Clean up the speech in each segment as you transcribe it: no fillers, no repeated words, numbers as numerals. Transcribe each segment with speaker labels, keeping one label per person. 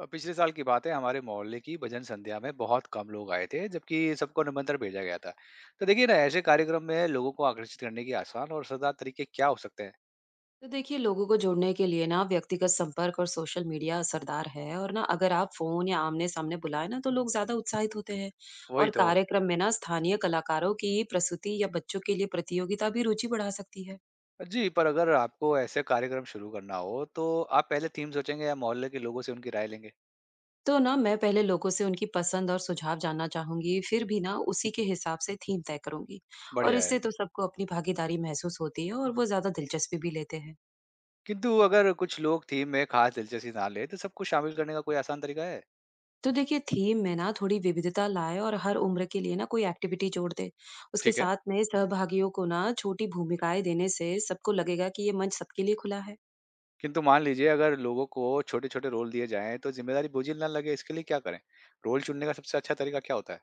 Speaker 1: पिछले साल की बात है। हमारे मोहल्ले की भजन संध्या में बहुत कम लोग आए थे, जबकि सबको निमंत्रण भेजा गया था। तो देखिए ना, ऐसे कार्यक्रम में लोगों को आकर्षित करने के आसान और सदा तरीके क्या हो सकते हैं?
Speaker 2: तो देखिए लोगों को जोड़ने के लिए ना व्यक्तिगत संपर्क और सोशल मीडिया असरदार है। और ना अगर आप फोन या आमने सामने बुलाए ना तो लोग ज्यादा उत्साहित होते हैं।
Speaker 1: वही
Speaker 2: और
Speaker 1: तो।
Speaker 2: कार्यक्रम में ना स्थानीय कलाकारों की प्रस्तुति या बच्चों के लिए प्रतियोगिता भी रुचि बढ़ा सकती है।
Speaker 1: जी, पर अगर आपको ऐसे कार्यक्रम शुरू करना हो तो आप पहले थीम सोचेंगे या मोहल्ले के लोगों से उनकी राय लेंगे?
Speaker 2: तो ना मैं पहले लोगों से उनकी पसंद और सुझाव जानना चाहूंगी, फिर भी ना उसी के हिसाब से थीम तय करूंगी। और
Speaker 1: बढ़िया है।
Speaker 2: इससे तो सबको अपनी भागीदारी महसूस होती है और वो ज्यादा दिलचस्पी भी लेते हैं।
Speaker 1: किंतु अगर कुछ लोग थीम में खास दिलचस्पी ना ले तो सबको शामिल करने का कोई आसान तरीका है?
Speaker 2: तो देखिए थीम में ना थोड़ी विविधता लाए और हर उम्र के लिए ना कोई एक्टिविटी जोड़ दे। उसके
Speaker 1: ठीक है।
Speaker 2: साथ में सहभागियों को ना छोटी भूमिकाएं देने से सबको लगेगा कि ये मंच सबके लिए खुला है।
Speaker 1: किंतु मान लीजिए, अगर लोगों को छोटे छोटे रोल दिए जाएं तो जिम्मेदारी बोझिल ना लगे, इसके लिए क्या करें? रोल चुनने का सबसे अच्छा तरीका क्या होता है?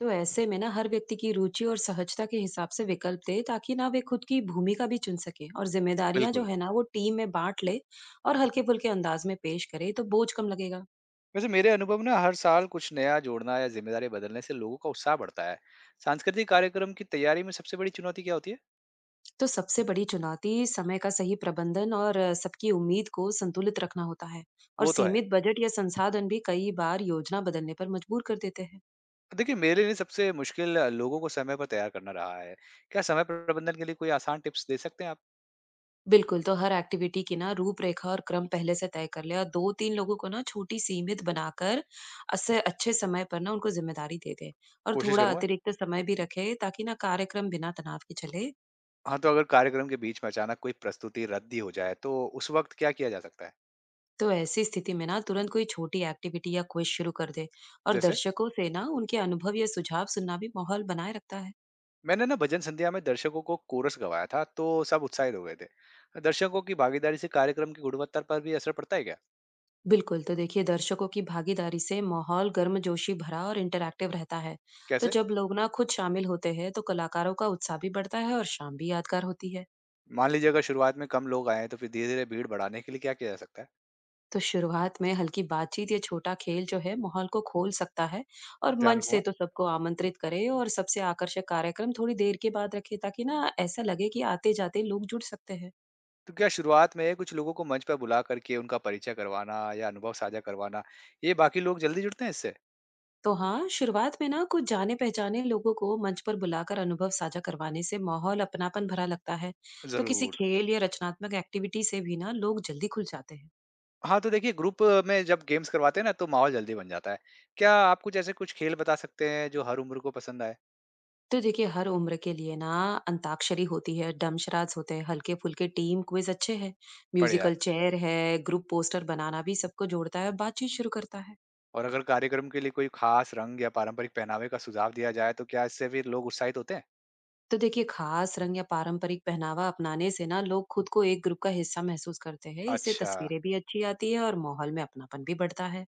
Speaker 2: तो ऐसे में ना हर व्यक्ति की रुचि और सहजता के हिसाब से विकल्प दे, ताकि ना वे खुद की भूमिका भी चुन सके और जिम्मेदारियां जो
Speaker 1: बिल्कुल।
Speaker 2: है ना वो टीम में बांट ले। और हल्के फुल्के अंदाज में पेश करे तो बोझ कम लगेगा।
Speaker 1: वैसे मेरे अनुभव में ना, हर साल कुछ नया जोड़ना या जिम्मेदारी बदलने से लोगों का उत्साह बढ़ता है। सांस्कृतिक कार्यक्रम की तैयारी में सबसे बड़ी चुनौती क्या होती है?
Speaker 2: तो सबसे बड़ी चुनौती समय का सही प्रबंधन और सबकी उम्मीद को संतुलित रखना होता है। और
Speaker 1: वो तो है।
Speaker 2: सीमित बजट या संसाधन भी कई बार योजना बदलने पर मजबूर कर देते हैं।
Speaker 1: तो देखिए, मेरे लिए सबसे मुश्किल लोगों को समय पर तैयार करना रहा है। क्या समय प्रबंधन के लिए कोई आसान टिप्स दे सकते हैं आप?
Speaker 2: बिल्कुल। तो हर एक्टिविटी की ना रूपरेखा और क्रम पहले से तय कर ले और दो तीन लोगों को ना छोटी सीमित बनाकर असे अच्छे समय पर ना उनको जिम्मेदारी दे दे। और
Speaker 1: कोशिश
Speaker 2: थोड़ा
Speaker 1: करूंगा।
Speaker 2: अतिरिक्त समय भी रखे ताकि ना कार्यक्रम बिना तनाव के चले।
Speaker 1: हाँ, तो अगर कार्यक्रम के बीच में अचानक कोई प्रस्तुति रद्द ही हो जाए तो उस वक्त क्या किया जा सकता है?
Speaker 2: तो ऐसी स्थिति में ना तुरंत कोई छोटी एक्टिविटी या क्विज शुरू कर दे। और
Speaker 1: जैसे
Speaker 2: दर्शकों से ना उनके अनुभव या सुझाव सुनना भी माहौल बनाए रखता है।
Speaker 1: मैंने ना भजन संध्या में दर्शकों को कोरस गवाया था, तो सब उत्साहित हो गए थे। दर्शकों की भागीदारी से कार्यक्रम की गुणवत्ता पर भी असर पड़ता है क्या?
Speaker 2: बिल्कुल। तो देखिए दर्शकों की भागीदारी से माहौल गर्मजोशी भरा और इंटरैक्टिव रहता है। तो
Speaker 1: कैसे?
Speaker 2: जब लोग ना खुद शामिल होते हैं तो कलाकारों का उत्साह भी बढ़ता है और शाम भी यादगार होती है।
Speaker 1: मान लीजिए, अगर शुरुआत में कम लोग आए हैं, तो फिर धीरे-धीरे भीड़ बढ़ाने के लिए क्या किया जा सकता है?
Speaker 2: तो शुरुआत में हल्की बातचीत या छोटा खेल जो है माहौल को खोल सकता है। और
Speaker 1: ध्यान
Speaker 2: मंच से
Speaker 1: रखूँगा।
Speaker 2: तो सबको आमंत्रित करे और सबसे आकर्षक कार्यक्रम थोड़ी देर के बाद रखे ताकि ना ऐसा लगे कि आते जाते लोग जुड़ सकते हैं।
Speaker 1: तो क्या शुरुआत में कुछ लोगों को मंच पर बुला करके उनका परिचय करवाना या अनुभव साझा करवाना, ये बाकी लोग जल्दी जुड़ते हैं इससे?
Speaker 2: तो हाँ, शुरुआत में ना कुछ जाने पहचाने लोगों को मंच पर बुलाकर अनुभव साझा करवाने से माहौल अपनापन भरा लगता है। तो किसी
Speaker 1: ज़रूर।
Speaker 2: खेल या रचनात्मक एक्टिविटी से भी ना लोग जल्दी खुल जाते हैं।
Speaker 1: हाँ, तो देखिए, ग्रुप में जब गेम्स करवाते हैं ना, तो माहौल जल्दी बन जाता है। क्या आप कुछ ऐसे कुछ खेल बता सकते हैं जो हर उम्र को पसंद आए?
Speaker 2: तो देखिए हर उम्र के लिए ना अंताक्षरी होती है, डमशराज होते हैं, हल्के फुल्के टीम क्विज अच्छे हैं,
Speaker 1: बढ़िया।
Speaker 2: म्यूजिकल चेयर है। ग्रुप पोस्टर बनाना भी सबको जोड़ता है और बातचीत शुरू करता है।
Speaker 1: और अगर कार्यक्रम के लिए कोई खास रंग या पारंपरिक पहनावे का सुझाव दिया जाए, तो क्या इससे फिर लोग उत्साहित होते हैं?
Speaker 2: तो देखिए खास रंग या पारंपरिक पहनावा अपनाने से ना लोग खुद को एक ग्रुप का हिस्सा महसूस करते हैं। इससे
Speaker 1: अच्छा।
Speaker 2: तस्वीरें भी अच्छी आती है और माहौल में अपनापन भी बढ़ता है।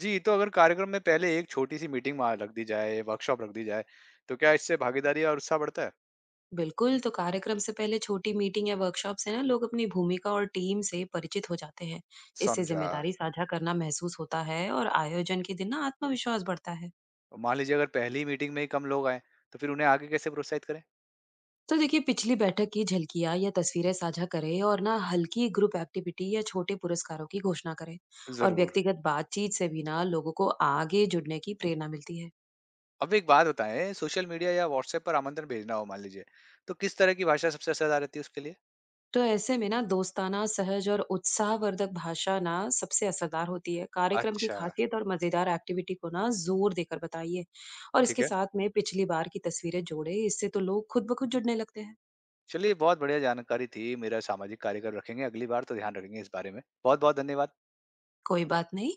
Speaker 1: जी, तो अगर कार्यक्रम में पहले एक छोटी-सी मीटिंग वहाँ रख दी जाए, वर्कशॉप रख दी जाए, तो क्या इससे भागीदारी और उत्साह बढ़ता है?
Speaker 2: बिल्कुल, तो कार्यक्रम से पहले छोटी मीटिंग या वर्कशॉप से ना लोग अपनी भूमिका और टीम से परिचित हो जाते हैं। इससे
Speaker 1: समझा।
Speaker 2: जिम्मेदारी साझा करना महसूस होता है और आयोजन के दिन ना आत्मविश्वास बढ़ता है।
Speaker 1: और मान लीजिए, अगर पहली मीटिंग में ही कम लोग आएँ, तो फिर उन्हें आगे कैसे प्रोत्साहित करें?
Speaker 2: तो देखिए पिछली बैठक की झलकियां या तस्वीरें साझा करें और ना हल्की ग्रुप एक्टिविटी या छोटे पुरस्कारों की घोषणा करें। और
Speaker 1: ज़रूर।
Speaker 2: व्यक्तिगत बातचीत से भी ना लोगों को आगे जुड़ने की प्रेरणा मिलती है।
Speaker 1: अब एक बात बताएँ, सोशल मीडिया या व्हाट्सएप पर आमंत्रण भेजना हो मान लीजिए, तो किस तरह की भाषा सबसे असरदार रहती है उसके लिए?
Speaker 2: तो ऐसे में ना दोस्ताना, सहज और उत्साहवर्धक भाषा ना सबसे असरदार होती है। कार्यक्रम की
Speaker 1: अच्छा,
Speaker 2: खासियत और मजेदार एक्टिविटी को ना जोर देकर बताइए। और
Speaker 1: ठीक
Speaker 2: इसके
Speaker 1: है।
Speaker 2: साथ में पिछली बार की तस्वीरें जोड़े। इससे तो लोग खुद ब खुद जुड़ने लगते हैं।
Speaker 1: चलिए, बहुत बढ़िया जानकारी थी। मेरा सामाजिक कार्यक्रम रखेंगे अगली बार तो ध्यान रखेंगे इस बारे में। बहुत-बहुत धन्यवाद।
Speaker 2: कोई बात नहीं।